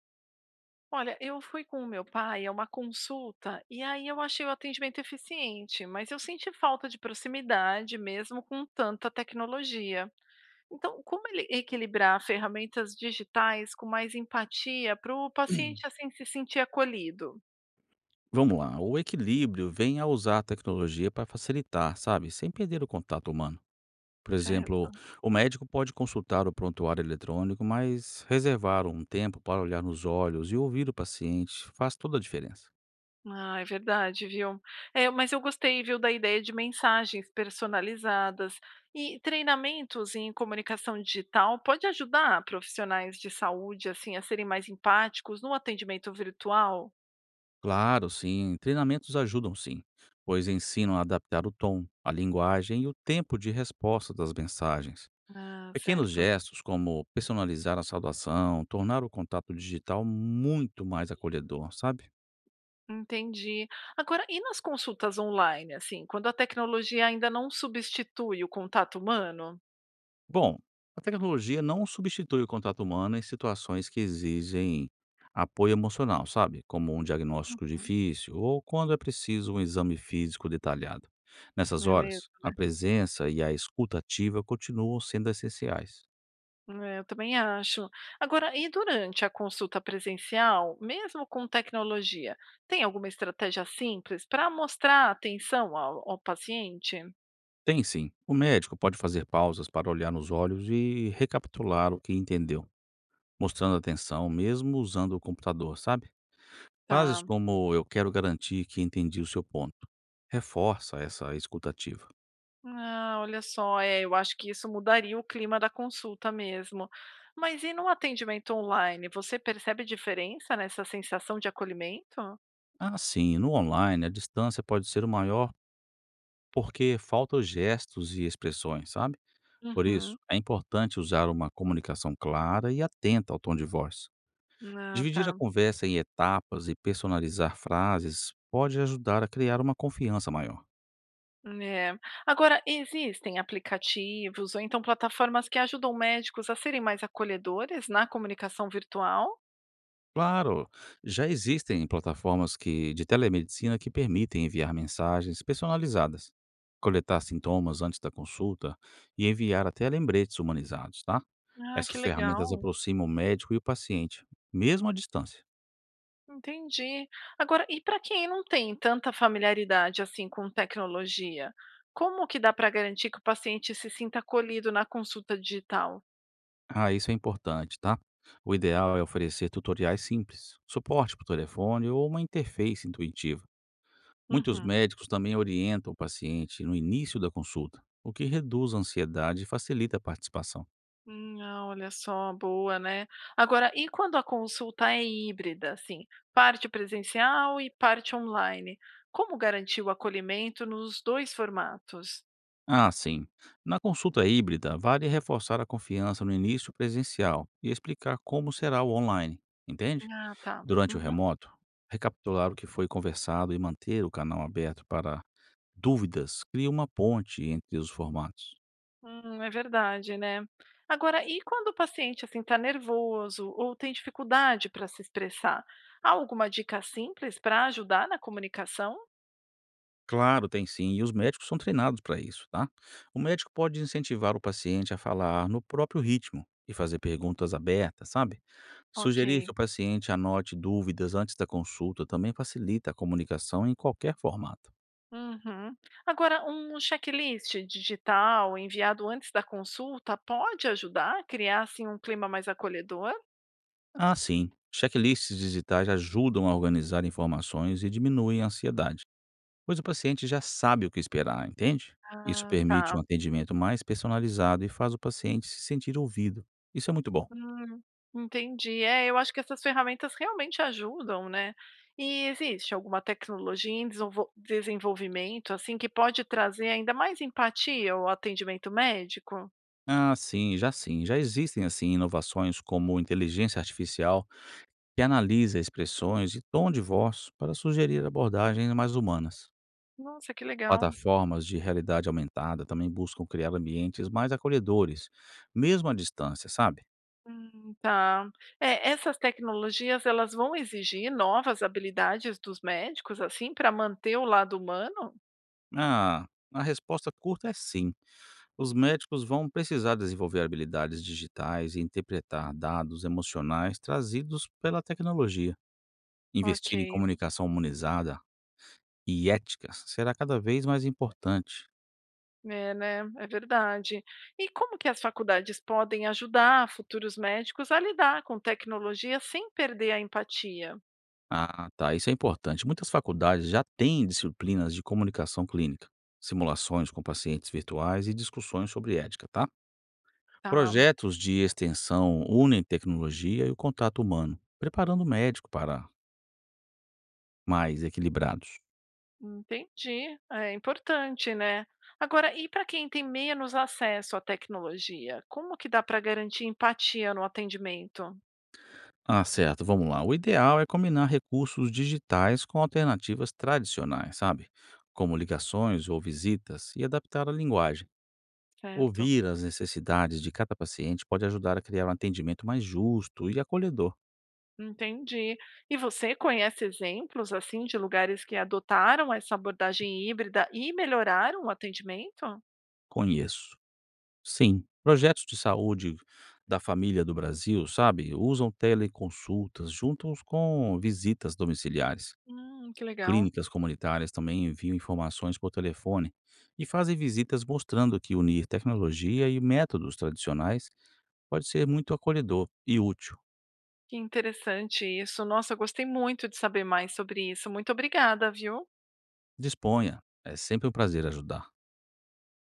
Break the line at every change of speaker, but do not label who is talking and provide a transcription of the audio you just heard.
Olha, eu fui com o meu pai a uma consulta e aí eu achei o atendimento eficiente, mas eu senti falta de proximidade mesmo com tanta tecnologia. Então, equilibrar ferramentas digitais com mais empatia para o paciente assim se sentir acolhido,
Vamos lá, o equilíbrio vem a usar a tecnologia para facilitar, sabe, sem perder o contato humano. Por exemplo,
certo?
o médico pode consultar o prontuário eletrônico, mas reservar um tempo para olhar nos olhos e ouvir o paciente faz toda a diferença.
Ah, é verdade, viu? É, mas eu gostei, viu, da ideia de mensagens personalizadas e treinamentos em comunicação digital pode ajudar profissionais de saúde assim a serem mais empáticos no atendimento virtual?
Claro, sim, treinamentos ajudam sim, pois ensinam a adaptar o tom, a linguagem e o tempo de resposta das mensagens.
Ah,
Pequenos
certo.
gestos como personalizar a saudação, tornar o contato digital muito mais acolhedor, sabe?
Entendi. Agora, e nas consultas online, assim, quando a tecnologia ainda não substitui o contato humano?
Bom, a tecnologia não substitui o contato humano em situações que exigem apoio emocional, sabe? Como um diagnóstico
Uhum.
difícil ou quando é preciso um exame físico detalhado. Nessas
É mesmo.
horas, a presença e a escuta ativa continuam sendo essenciais.
É, eu também acho. Agora, e durante a consulta presencial, mesmo com tecnologia, tem alguma estratégia simples para mostrar atenção ao paciente?
Tem sim, o médico pode fazer pausas para olhar nos olhos e recapitular o que entendeu, mostrando atenção mesmo usando o computador, sabe? Frases
Tá.
como "eu quero garantir que entendi o seu ponto" reforça essa escutativa.
Ah, olha só, é, eu acho que isso mudaria o clima da consulta mesmo. Mas e no atendimento online, você percebe diferença nessa sensação de acolhimento?
Ah, sim. No online, a distância pode ser o maior porque faltam gestos e expressões, sabe? Por isso,
Uhum.
é importante usar uma comunicação clara e atenta ao tom de voz.
Ah,
Dividir a
tá.
conversa em etapas e personalizar frases pode ajudar a criar uma confiança maior.
É. Agora, existem aplicativos ou então plataformas que ajudam médicos a serem mais acolhedores na comunicação virtual?
Claro, já existem plataformas de telemedicina que permitem enviar mensagens personalizadas, coletar sintomas antes da consulta e enviar até lembretes humanizados, tá?
Ah, que
Essas ferramentas
legal.
aproximam o médico e o paciente, mesmo à distância.
Entendi. Agora, e para quem não tem tanta familiaridade assim com tecnologia, como que dá para garantir que o paciente se sinta acolhido na consulta digital?
Ah, isso é importante, tá? O ideal é oferecer tutoriais simples, suporte por telefone ou uma interface intuitiva. Muitos
Uhum.
médicos também orientam o paciente no início da consulta, o que reduz a ansiedade e facilita a participação.
Ah, olha só, boa, né? Agora, e quando a consulta é híbrida, assim, parte presencial e parte online? Como garantir o acolhimento nos dois formatos?
Ah, sim. Na consulta híbrida, vale reforçar a confiança no início presencial e explicar como será o online, entende?
Ah, tá.
Durante o
Uhum.
remoto, recapitular o que foi conversado e manter o canal aberto para dúvidas cria uma ponte entre os formatos.
É verdade, né? Agora, e quando o paciente assim está nervoso ou tem dificuldade para se expressar? Há alguma dica simples para ajudar na comunicação?
Claro, tem sim, e os médicos são treinados para isso, tá? O médico pode incentivar o paciente a falar no próprio ritmo e fazer perguntas abertas, sabe? Sugerir
Ok.
que o paciente anote dúvidas antes da consulta também facilita a comunicação em qualquer formato.
Uhum. Agora, um checklist digital enviado antes da consulta pode ajudar a criar assim um clima mais acolhedor?
Ah, sim, checklists digitais ajudam a organizar informações e diminuem a ansiedade, pois o paciente já sabe o que esperar, entende? Isso
Ah,
permite um
tá.
atendimento mais personalizado e faz o paciente se sentir ouvido. Isso é muito bom.
Hum, entendi. É, eu acho que essas ferramentas realmente ajudam, né? E existe alguma tecnologia em desenvolvimento assim que pode trazer ainda mais empatia ao atendimento médico?
Ah, sim. Já existem assim inovações como inteligência artificial que analisa expressões e tom de voz para sugerir abordagens mais humanas.
Nossa, que legal.
Plataformas de realidade aumentada também buscam criar ambientes mais acolhedores, mesmo à distância, sabe?
Tá. É, essas tecnologias, elas vão exigir novas habilidades dos médicos, assim, para manter o lado humano?
Ah, a resposta curta é sim. Os médicos vão precisar desenvolver habilidades digitais e interpretar dados emocionais trazidos pela tecnologia.
Ok,
Investir em comunicação humanizada e ética será cada vez mais importante.
é, né? É verdade. E como que as faculdades podem ajudar futuros médicos a lidar com tecnologia sem perder a empatia?
Ah, tá, isso é importante. Muitas faculdades já têm disciplinas de comunicação clínica, simulações com pacientes virtuais e discussões sobre ética, tá?
Tá,
Projetos de extensão unem tecnologia e o contato humano, preparando o médico para mais equilibrados.
entendi. É importante, né? Agora, e para quem tem menos acesso à tecnologia, como que dá para garantir empatia no atendimento?
Ah, certo, vamos lá. O ideal é combinar recursos digitais com alternativas tradicionais, sabe? Como ligações ou visitas, e adaptar a linguagem,
Certo.
ouvir as necessidades de cada paciente pode ajudar a criar um atendimento mais justo e acolhedor.
Entendi. E você conhece exemplos assim de lugares que adotaram essa abordagem híbrida e melhoraram o atendimento?
Conheço. Sim, projetos de saúde da família do Brasil, sabe, usam teleconsultas juntos com visitas domiciliares.
Que legal.
Clínicas comunitárias também enviam informações por telefone e fazem visitas, mostrando que unir tecnologia e métodos tradicionais pode ser muito acolhedor e útil.
Que interessante isso. Nossa, eu gostei muito de saber mais sobre isso. Muito obrigada, viu?
Disponha, é sempre um prazer ajudar.